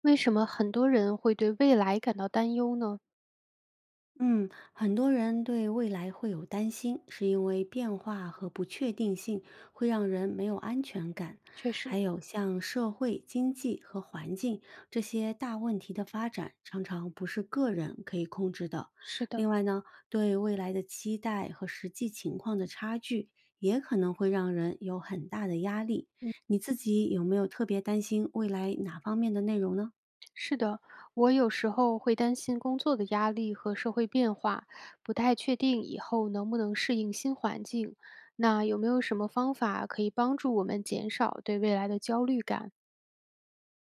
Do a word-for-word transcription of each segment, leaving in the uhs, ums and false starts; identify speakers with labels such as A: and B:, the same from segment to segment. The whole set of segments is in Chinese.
A: 为什么很多人会对未来感到担忧呢？
B: 嗯，很多人对未来会有担心，是因为变化和不确定性会让人没有安全感。
A: 确实，
B: 还有像社会、经济和环境这些大问题的发展，常常不是个人可以控制的。
A: 是的，
B: 另外呢，对未来的期待和实际情况的差距，也可能会让人有很大的压力。
A: 嗯，
B: 你自己有没有特别担心未来哪方面的内容呢？
A: 是的，我有时候会担心工作的压力和社会变化，不太确定以后能不能适应新环境。那有没有什么方法可以帮助我们减少对未来的焦虑感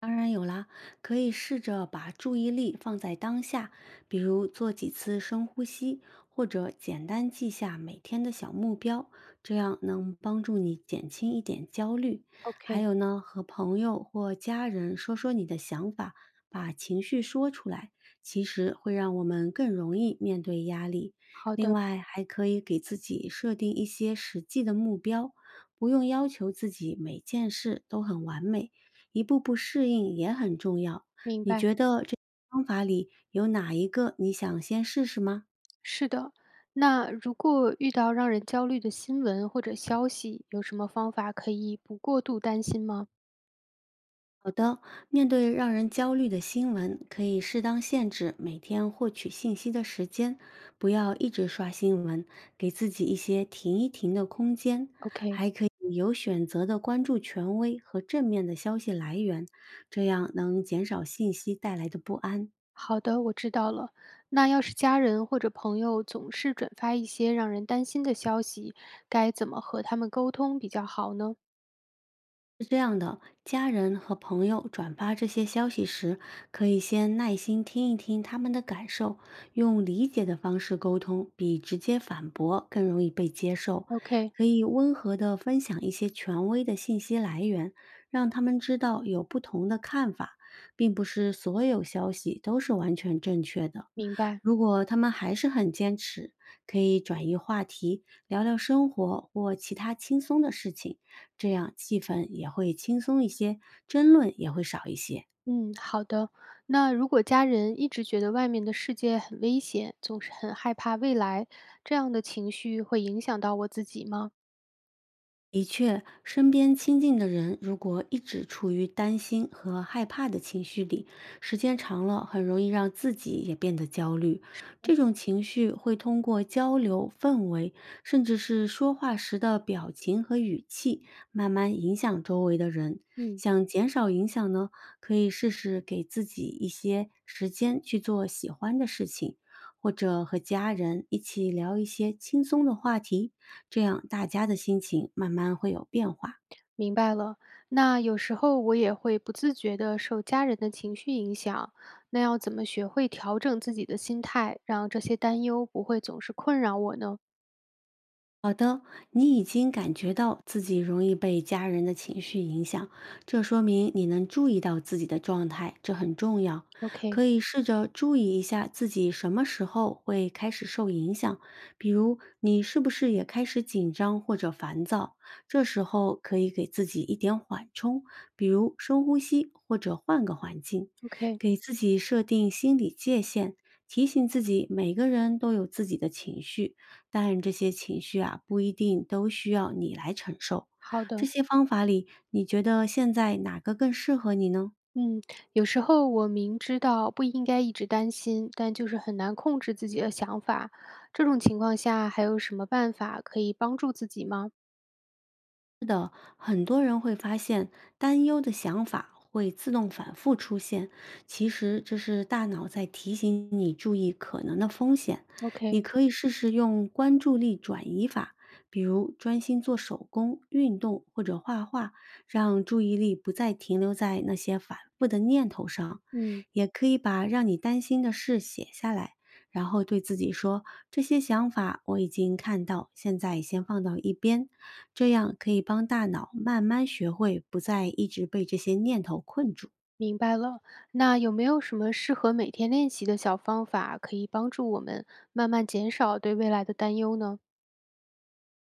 B: 当然有啦，可以试着把注意力放在当下，比如做几次深呼吸，或者简单记下每天的小目标，这样能帮助你减轻一点焦虑。还
A: ？OK，
B: 有呢，和朋友或家人说说你的想法，把情绪说出来，其实会让我们更容易面对压力。
A: 好
B: 另
A: 的，
B: 外，还可以给自己设定一些实际的目标，不用要求自己每件事都很完美。一步步适应也很重要。
A: 明
B: 你
A: 白。
B: 觉得这方法里有哪一个你想先试试吗？
A: 是的，那如果遇到让人焦虑的新闻或者消息，有什么方法可以不过度担心吗
B: 好的，面对让人焦虑的新闻，可以适当限制每天获取信息的时间，不要一直刷新闻，给自己一些停一停的空间，
A: ？OK。
B: 可以有选择的关注权威和正面的消息来源，这样能减少信息带来的不安。
A: 好的，我知道了。那要是家人或者朋友总是转发一些让人担心的消息，该怎么和他们沟通比较好呢
B: 是这样的，家人和朋友转发这些消息时，可以先耐心听一听他们的感受，用理解的方式沟通，比直接反驳更容易被接受。
A: ？OK，
B: 可以温和地分享一些权威的信息来源，让他们知道有不同的看法，并不是所有消息都是完全正确的。
A: 明白。
B: 如果他们还是很坚持，可以转移话题，聊聊生活或其他轻松的事情，这样气氛也会轻松一些，争论也会少一些。
A: 嗯，好的。那如果家人一直觉得外面的世界很危险，总是很害怕未来，这样的情绪会影响到我自己吗？
B: 的确，身边亲近的人如果一直处于担心和害怕的情绪里，时间长了很容易让自己也变得焦虑。这种情绪会通过交流氛围，甚至是说话时的表情和语气，慢慢影响周围的人。
A: 嗯。
B: 想减少影响呢，可以试试给自己一些时间去做喜欢的事情，或者和家人一起聊一些轻松的话题，这样大家的心情慢慢会有变化。
A: 明白了，那有时候我也会不自觉的受家人的情绪影响，那要怎么学会调整自己的心态，让这些担忧不会总是困扰我呢
B: 好的，你已经感觉到自己容易被家人的情绪影响，这说明你能注意到自己的状态，这很重要。
A: ？OK，OK，
B: 可以试着注意一下自己什么时候会开始受影响，比如你是不是也开始紧张或者烦躁？这时候可以给自己一点缓冲，比如深呼吸或者换个环境，给自己设定心理界限。提醒自己，每个人都有自己的情绪，但这些情绪啊，不一定都需要你来承受。
A: 好
B: 这
A: 的，
B: 些方法里，你觉得现在哪个更适合你呢？
A: 嗯，有时候我明知道不应该一直担心，但就是很难控制自己的想法，这种情况下还有什么办法可以帮助自己吗
B: 是的，很多人会发现担忧的想法会自动反复出现，其实这是大脑在提醒你注意可能的风险。你
A: ？OK，
B: 可以试试用关注力转移法，比如专心做手工、运动或者画画，让注意力不再停留在那些反复的念头上。
A: 嗯。
B: 也可以把让你担心的事写下来，然后对自己说：“这些想法我已经看到，现在先放到一边。”这样可以帮大脑慢慢学会不再一直被这些念头困住。
A: 明白了，那有没有什么适合每天练习的小方法，可以帮助我们慢慢减少对未来的担忧呢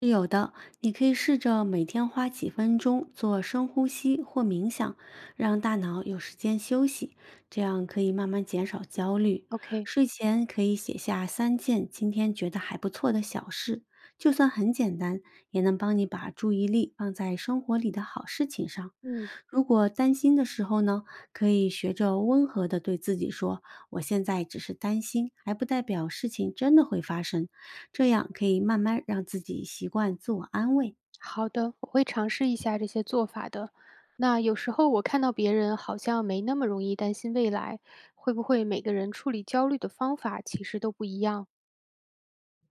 B: 是有的，你可以试着每天花几分钟做深呼吸或冥想，让大脑有时间休息，这样可以慢慢减少焦虑。
A: ？OK，
B: 睡前可以写下三件今天觉得还不错的小事，就算很简单，也能帮你把注意力放在生活里的好事情上。
A: 嗯，
B: 如果担心的时候呢，可以学着温和的对自己说：“我现在只是担心，还不代表事情真的会发生。”这样可以慢慢让自己习惯自我安慰。
A: 好的，我会尝试一下这些做法的。那有时候我看到别人好像没那么容易担心未来，会不会每个人处理焦虑的方法其实都不一样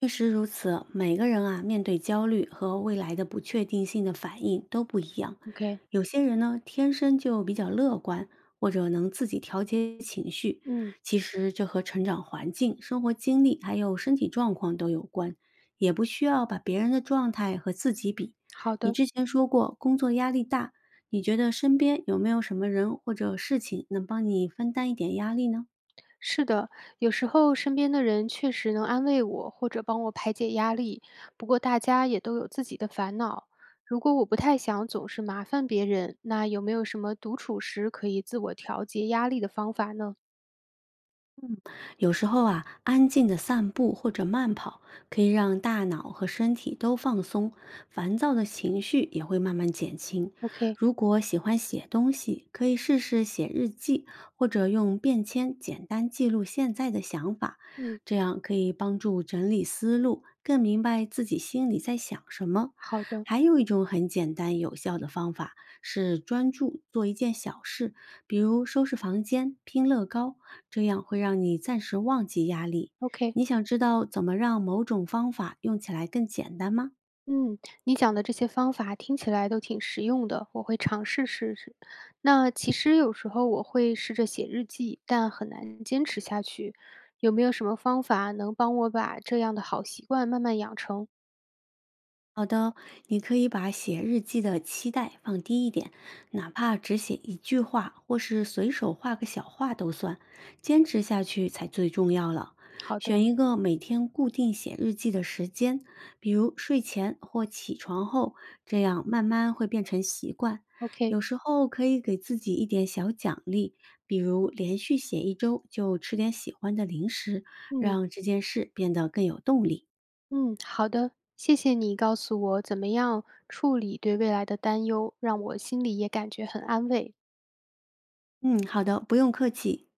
B: 确实如此，每个人啊，面对焦虑和未来的不确定性的反应都不一样。
A: ？OK，
B: 有些人呢，天生就比较乐观，或者能自己调节情绪。
A: 嗯，
B: 其实这和成长环境、生活经历还有身体状况都有关，也不需要把别人的状态和自己比。
A: 好
B: 你
A: 的。
B: 之前说过工作压力大，你觉得身边有没有什么人或者事情能帮你分担一点压力呢？
A: 是的，有时候身边的人确实能安慰我或者帮我排解压力，不过大家也都有自己的烦恼。如果我不太想总是麻烦别人，那有没有什么独处时可以自我调节压力的方法呢
B: 有时候啊，安静的散步或者慢跑可以让大脑和身体都放松，烦躁的情绪也会慢慢减轻。
A: ？OK，
B: 如果喜欢写东西，可以试试写日记，或者用便签简单记录现在的想法，
A: 嗯，
B: 这样可以帮助整理思路，更明白自己心里在想什么。
A: 好的
B: 还有一种很简单有效的方法是专注做一件小事，比如收拾房间、拼乐高，这样会让你暂时忘记压力。
A: ，OK。
B: 你想知道怎么让某种方法用起来更简单吗？
A: 嗯，你讲的这些方法听起来都挺实用的，我会尝试试试。那其实有时候我会试着写日记，但很难坚持下去。有没有什么方法能帮我把这样的好习惯慢慢养成？
B: 好的，你可以把写日记的期待放低一点，哪怕只写一句话，或是随手画个小画都算，坚持下去才最重要了。
A: 好
B: 选
A: 的
B: 一个每天固定写日记的时间，比如睡前或起床后，这样慢慢会变成习惯。
A: ，OK，
B: 有时候可以给自己一点小奖励，比如连续写一周就吃点喜欢的零食，
A: 嗯
B: 让这件事变得更有动力。
A: 嗯，好的，谢谢你告诉我怎么样处理对未来的担忧，让我心里也感觉很安慰。
B: 嗯，好的，不用客气。